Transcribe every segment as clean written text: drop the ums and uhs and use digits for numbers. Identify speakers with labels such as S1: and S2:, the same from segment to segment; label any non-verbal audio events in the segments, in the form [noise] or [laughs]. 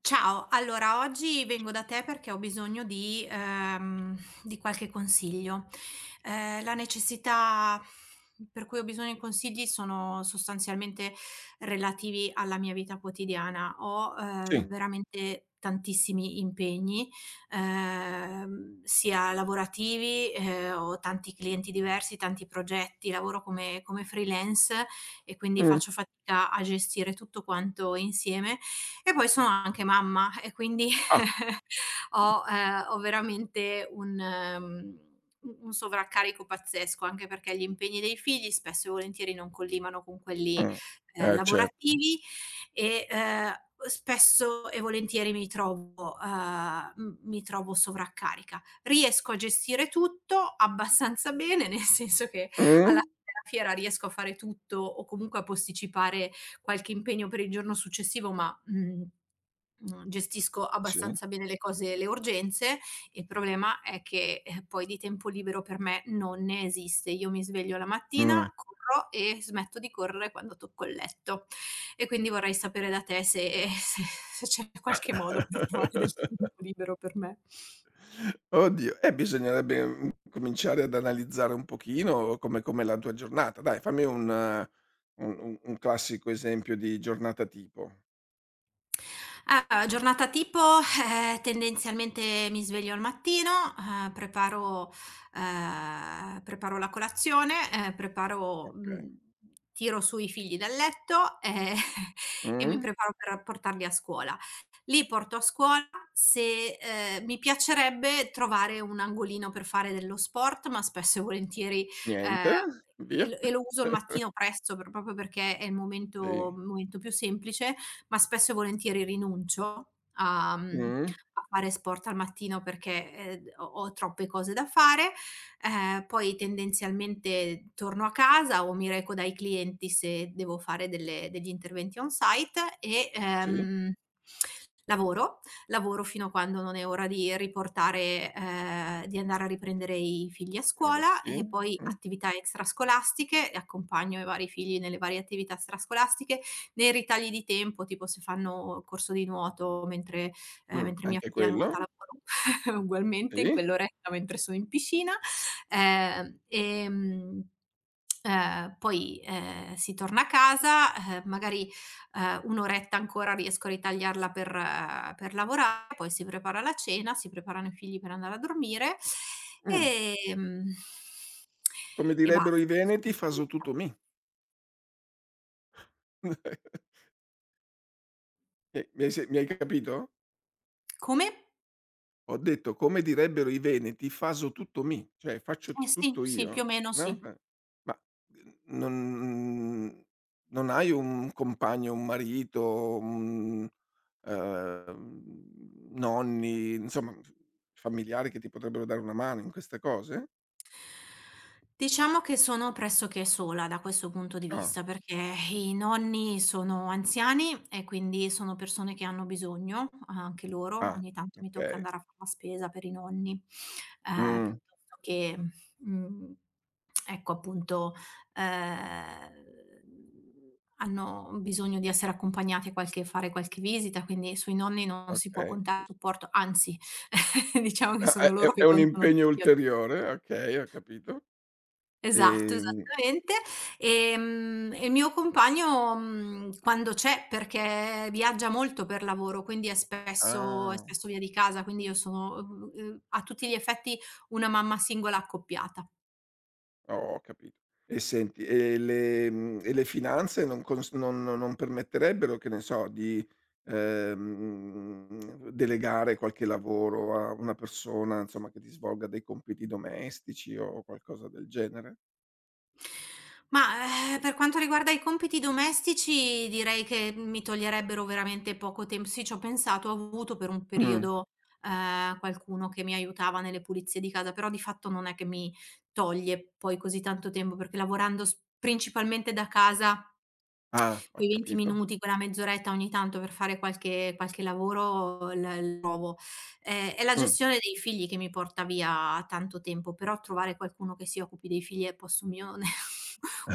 S1: Ciao, allora oggi vengo da te perché ho bisogno di qualche consiglio. La necessità per cui ho bisogno di consigli sono sostanzialmente relativi alla mia vita quotidiana. Ho
S2: Sì.
S1: veramente tantissimi impegni, sia lavorativi, ho tanti clienti diversi, tanti progetti, lavoro come freelance e quindi
S2: Mh.
S1: faccio fatica a gestire tutto quanto insieme e poi sono anche mamma e quindi
S2: Ah,
S1: [laughs] ho veramente un mhmm, u un sovraccarico pazzesco, anche perché gli impegni dei figli spesso e volentieri non collimano con quelli,
S2: mh. Eh certo.
S1: lavorativi e, spesso e volentieri mi trovo sovraccarica. Riesco a gestire tutto abbastanza bene, [laughs] nel senso che
S2: Mh?
S1: alla fine della fiera riesco a fare tutto o comunque a posticipare qualche impegno per il giorno successivo. Gestisco
S2: Sì.
S1: abbastanza bene le cose le urgenze. Il problema è che, poi di tempo libero per me non ne esiste. Io mi sveglio la mattina,
S2: Mh.
S1: corro e smetto di correre quando tocco il letto. E quindi vorrei sapere da te se [laughs] se c'è qualche modo per trovare del
S2: [laughs]
S1: tempo libero per me.
S2: Oddio, bisognerebbe, cominciare ad analizzare un pochino come com'è la tua giornata. Dai, fammi un classico esempio di giornata tipo.
S1: Ah, giornata tipo, tendenzialmente mi sveglio al mattino, ehm, preparo preparo la colazione,
S2: Okay.
S1: tiro su i figli dal letto, [laughs] e mi
S2: Mh.
S1: preparo per portarli a scuola. Li porto a scuola, se mi piacerebbe trovare un angolino per fare dello sport, ma spesso e volentieri, ehm,
S2: Niente,
S1: e
S2: via.
S1: lo e lo uso il
S2: [laughs]
S1: mattino presto per proprio perché è il momento
S2: Sì.
S1: il momento più semplice, ma spesso e volentieri rinuncio a mhmm,
S2: Mh.
S1: a fare sport al mattino perché, ho troppe cose da fare, poi tendenzialmente torno a casa o mi reco dai clienti se devo fare delle degli interventi on site e,
S2: Sì,
S1: lavoro, lavoro fino a quando non è ora di andare a riprendere i figli a scuola
S2: ragazzini.
S1: e poi
S2: Mh.
S1: attività extrascolastiche e accompagno i vari figli nelle varie attività extrascolastiche nei ritagli di tempo, tipo se fanno corso di nuoto mentre ehm,
S2: Mh.
S1: mentre mia
S2: Anche
S1: figlia nuota
S2: quello.
S1: lavoro [laughs] ugualmente in
S2: Sì.
S1: quell'oretta mentre sono in piscina, ehm, ehm, poi, si torna a casa, magari, un'oretta ancora riesco a ritagliarla per lavorare, poi si prepara la cena, si preparano i figli per andare a dormire,
S2: Mh.
S1: ehm,
S2: Come
S1: e
S2: direbbero
S1: basta.
S2: i veneti: "Faso tutto mi". [laughs] Mi mi hai se mi hai capito?
S1: Come?
S2: Ho detto, come direbbero i veneti: "Faso tutto mi", cioè faccio tu
S1: Eh sì,
S2: tutto
S1: sì, più o
S2: io,
S1: meno sì.
S2: no, ma, uhm, non non hai un compagno, un marito, un ehm, nonni, insomma, f familiari che ti potrebbero dare una mano in queste cose?
S1: Diciamo che sono pressoché sola da questo punto di
S2: Ah,
S1: vista, perché i nonni sono anziani e quindi sono persone che hanno bisogno, anche loro.
S2: ah,
S1: Ogni tanto mi tocca
S2: okay.
S1: andare a fare la spesa per i nonni, ehm,
S2: Mh,
S1: piuttosto che, mhmm, ecco appunto, ehm, hanno bisogno di essere accompagnati a qualche fare qualche visita, quindi sui nonni non si può
S2: okay.
S1: contare supporto, anzi [laughs] diciamo che sono
S2: Ah,
S1: loro
S2: è
S1: che
S2: un
S1: contano.
S2: impegno ulteriore, okay, ho capito.
S1: Esatto,
S2: Ehm,
S1: esattamente. E il mio compagno, quando c'è perché viaggia molto per lavoro, quindi è spesso è
S2: ah.
S1: spesso via di casa, quindi io sono, a tutti gli effetti una mamma singola accoppiata.
S2: Oh, ho capito. E senti, e e le finanze non permetterebbero, che ne so, di, delegare qualche lavoro a una persona, insomma, che ti svolga dei compiti domestici o qualcosa del genere?
S1: Ma, per quanto riguarda i compiti domestici direi che mi toglierebbero veramente poco tem sì, c'ho pensato, ho avuto per un
S2: Mh.
S1: periodo, qualcuno che mi aiutava nelle pulizie di casa, però di fatto non è che mi toglie poi così tanto tempo, perché lavorando s principalmente da casa
S2: Ah, ho
S1: quei 20
S2: capito.
S1: minuti, quella mezz'oretta ogni tanto per fare qualche lavoro l l trovo. È la
S2: Mh.
S1: gestione dei figli che mi porta via tanto tempo, però trovare qualcuno che si occupi dei figli è posto mio [laughs] n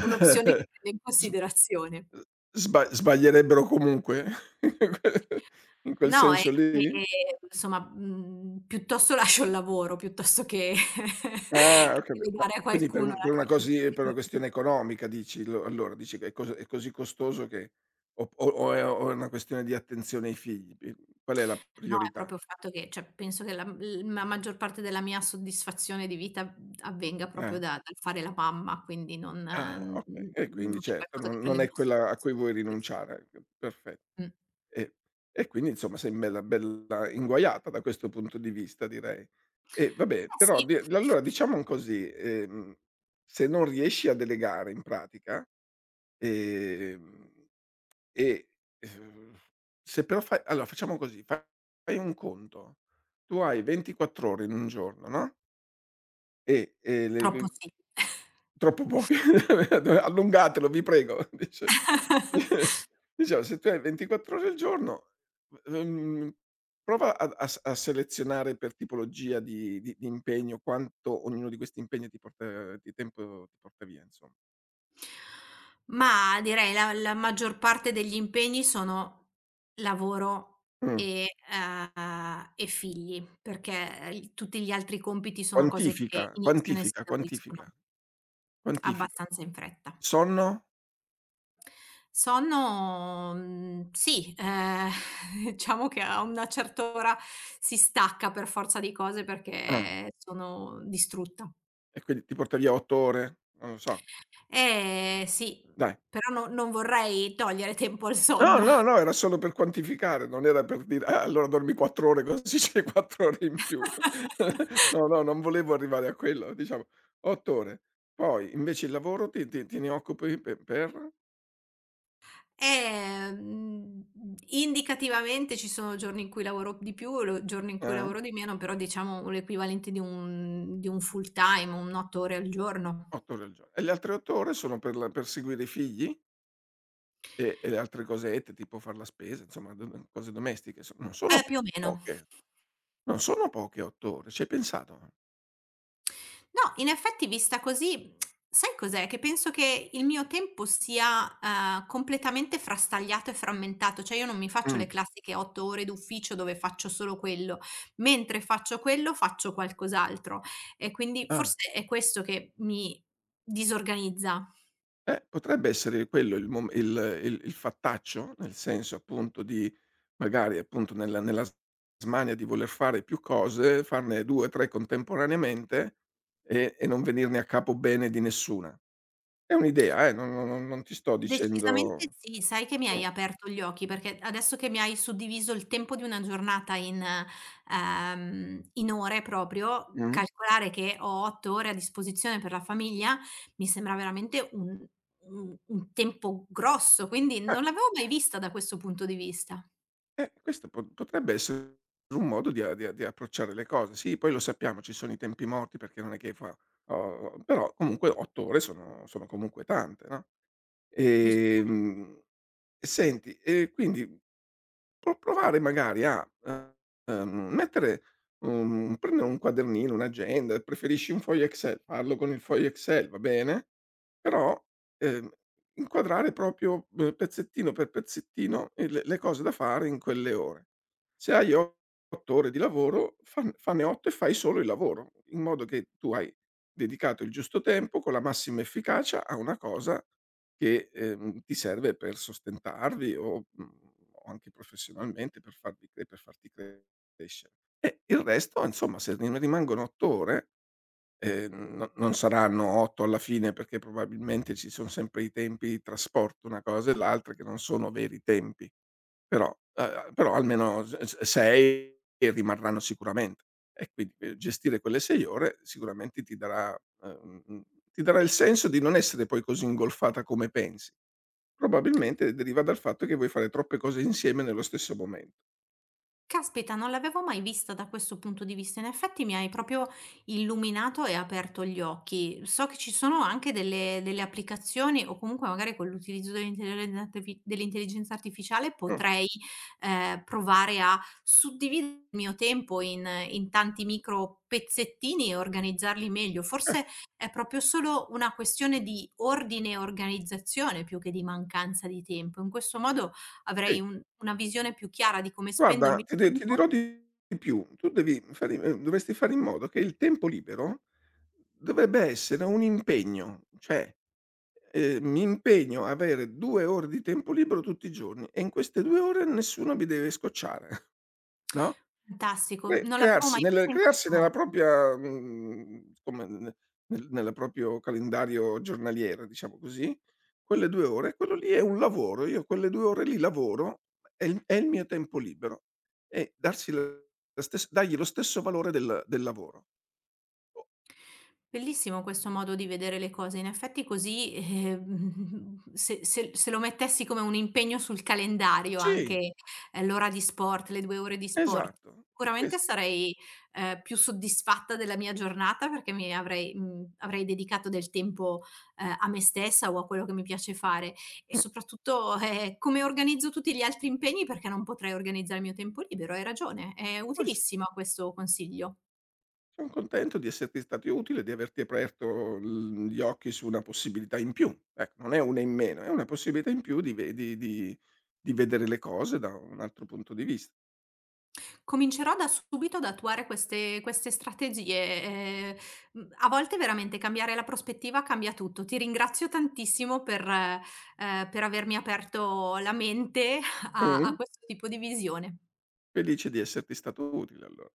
S1: un'opzione che prendo in
S2: S uhm,
S1: considerazione.
S2: sbaglierebbero comunque? [laughs] In quel
S1: No, è
S2: senso
S1: che
S2: lì?
S1: insomma, piuttosto lascio il lavoro, piuttosto che [laughs]
S2: Ah, ho
S1: che
S2: capi ma
S1: delegare a
S2: quindi
S1: qualcuno la crescita dei
S2: per una
S1: figli.
S2: questione economica dici, lo allora dici che è così costoso che o è una questione di attenzione ai figli? P qual è la
S1: No, è
S2: priorità?
S1: proprio il fatto che cioè penso che la m l la maggior parte della mia soddisfazione di vita, avvenga
S2: Eh.
S1: proprio da dal fare la mamma, quindi non
S2: Ah,
S1: mhmm,
S2: okay. E quindi
S1: non è
S2: certo,
S1: qualcosa che prendo
S2: non
S1: in
S2: è quella
S1: considerazione
S2: a cui vuoi
S1: per questo.
S2: rinunciare, ecco, perfetto.
S1: Mh.
S2: E e quindi insomma sei in bella inguaiata da questo punto di vista direi. E vabbè,
S1: Eh
S2: però
S1: sì,
S2: di allora diciamo così, se non riesci a delegare in pratica, ehm. E, ehm, se però fai allora facciamo così, fa fai un conto: tu hai 24 ore in un giorno, no, e, le
S1: purtroppo
S2: g
S1: sì.
S2: troppo poche, [laughs] allungatelo vi prego, [laughs] dice
S1: [laughs]
S2: diciamo se tu hai 24 ore al giorno, ehm, prova ad a s a selezionare per tipologia di impegno quanto ognuno di questi impegni ti porta di tempo ti porta via insomma.
S1: Ma direi la maggior parte degli impegni sono lavoro
S2: Mh.
S1: e figli, perché il tutti gli altri compiti sono cose
S2: Quantifica,
S1: che iniziano e si
S2: quantifica,
S1: esauriscono
S2: quantifica, quantifica.
S1: abbastanza in fretta.
S2: Sonno?
S1: Sonno, sì, [laughs] diciamo che a una certa ora si stacca per forza di cose
S2: Ah.
S1: perché sono distrutta.
S2: E quindi ti porta via 8 ore? Non lo so,
S1: Eh sì,
S2: dai.
S1: però no non vorrei togliere tempo al
S2: No,
S1: sonno.
S2: no, no, era [laughs] solo per quantificare, non era per dire: "Ah, allora dormi 4 ore così c'hai 4 ore in più." [laughs]
S1: [laughs]
S2: No, no, non volevo arrivare a quello, diciamo 8 ore. Poi invece il lavoro ti ti te ne occupi pe per,
S1: Ehm, mhmm, Indicativamente ci sono giorni in cui lavoro di più e lo giorni in cui
S2: eh,
S1: lavoro di meno, però diciamo l'equivalente di un full time, un 8 ore al giorno.
S2: 8 ore al giorno. E le altre 8 ore sono per seguire i figli e le altre cosette, tipo far la spesa, insomma d d cose domestiche, non sono
S1: Più o meno.
S2: poche, non sono poche 8 ore, ci hai pensato?
S1: No, in effetti vista così, sai cos'è? Che penso che il mio tempo sia, completamente frastagliato e frammentato, cioè io non mi faccio
S2: Mh.
S1: le classiche 8 ore d'ufficio dove faccio solo quello, mentre faccio quello faccio qualcos'altro e quindi
S2: Ah.
S1: forse è questo che mi disorganizza.
S2: Potrebbe essere quello il fattaccio, nel senso appunto di magari appunto nella s smania di voler fare più cose, farne 2, 3 contemporaneamente e non venirne a capo bene di nessuna. È un'idea non ti sto
S1: Decisamente
S2: dicendo.
S1: sì, sai che mi
S2: Mh,
S1: hai aperto gli occhi, perché adesso che mi hai suddiviso il tempo di una giornata in ore proprio,
S2: mh.
S1: calcolare che ho 8 ore a disposizione per la famiglia, mi sembra veramente un tempo grosso, quindi
S2: Eh,
S1: non l'avevo mai vista da questo punto di vista.
S2: questo po potrebbe essere un modo di approcciare le cose. Sì, poi lo sappiamo, ci sono i tempi morti perché non è che fa. O o però comunque 8 ore sono comunque tante, no?
S1: Decisamente.
S2: Ehm, senti, e quindi provare magari a, mettere un prendere un quadernino, un'agenda, preferisci un foglio Excel, farlo con il foglio Excel, va bene, però, ehm, inquadrare proprio, pezzettino per pezzettino il le cose da fare in quelle ore. Se hai 8 ore di lavoro, fanne 8 e fai solo il lavoro, in modo che tu hai dedicato il giusto tempo con la massima efficacia a una cosa che, ti serve per sostentarvi o, mhmm, o anche professionalmente crescere. E il resto, insomma, se ne rimangono 8 ore. No, non saranno 8 alla fine perché probabilmente ci son sempre i tempi di trasporto, una cosa e l'altra, che non sono veri tempi, però però almeno s s 6 rimarranno sicuramente e quindi, gestire quelle 6 ore sicuramente ti darà uhm, mhmm, ti darà il senso di non essere poi così ingolfata come pensi. Probabilmente deriva dal fatto che vuoi fare troppe cose insieme nello stesso momento.
S1: Caspita, non l'avevo mai vista da questo punto di vista. In effetti mi hai proprio illuminato e aperto gli occhi. So che ci sono anche delle applicazioni o comunque magari con l'utilizzo dell'intelligenza artificiale
S2: Mh,
S1: potrei provare a suddividere il mio tempo in tanti micro pezzettini e organizzarli meglio.
S2: cer,
S1: Forse è proprio solo una questione di ordine e organizzazione più che di mancanza di tempo. In questo modo avrei
S2: sì.
S1: un una visione più chiara di come spendo il
S2: Guarda,
S1: mio
S2: ti
S1: tempo.
S2: dirò di più, tu devi fare dovresti fare in modo che il tempo libero dovrebbe essere un impegno, cioè, mi impegno a avere 2 ore di tempo libero tutti i giorni e in queste 2 ore nessuno mi deve scocciare, [laughs] no?
S1: Fantastico, non l'avevo mai vista in questo
S2: Crearsi nella
S1: modo.
S2: come ne nella proprio calendario giornaliero, diciamo così, quelle 2 ore, quello lì è un lavoro. Io quelle 2 ore lì lavoro, è il mio tempo libero e darsi la stes dargli lo stesso valore del lavoro. O
S1: Bellissimo questo modo di vedere le cose. In effetti così, [laughs] se lo mettessi come un impegno sul calendario
S2: sì,
S1: anche, l'ora di sport, le 2 ore di sport,
S2: esatto. Es
S1: sicuramente sarei, più soddisfatta della mia giornata perché avrei dedicato del tempo, a me stessa o a quello che mi piace fare e
S2: mh,
S1: soprattutto, come organizzo tutti gli altri impegni perché non potrei organizzare il mio tempo libero. Hai ragione, è
S2: poi s
S1: utilissimo questo consiglio.
S2: son contento di esserti stato utile, di averti aperto l gli occhi su una possibilità in più. Ecco, non è una in meno, è una possibilità in più di ve di vedere le cose da un altro punto di vista.
S1: Comincerò da subito ad attuare queste strategie, a volte veramente cambiare la prospettiva cambia tutto. Ti ringrazio tantissimo per avermi aperto la mente [laughs] a
S2: Mh,
S1: questo tipo di visione.
S2: felice di esserti stato utile allo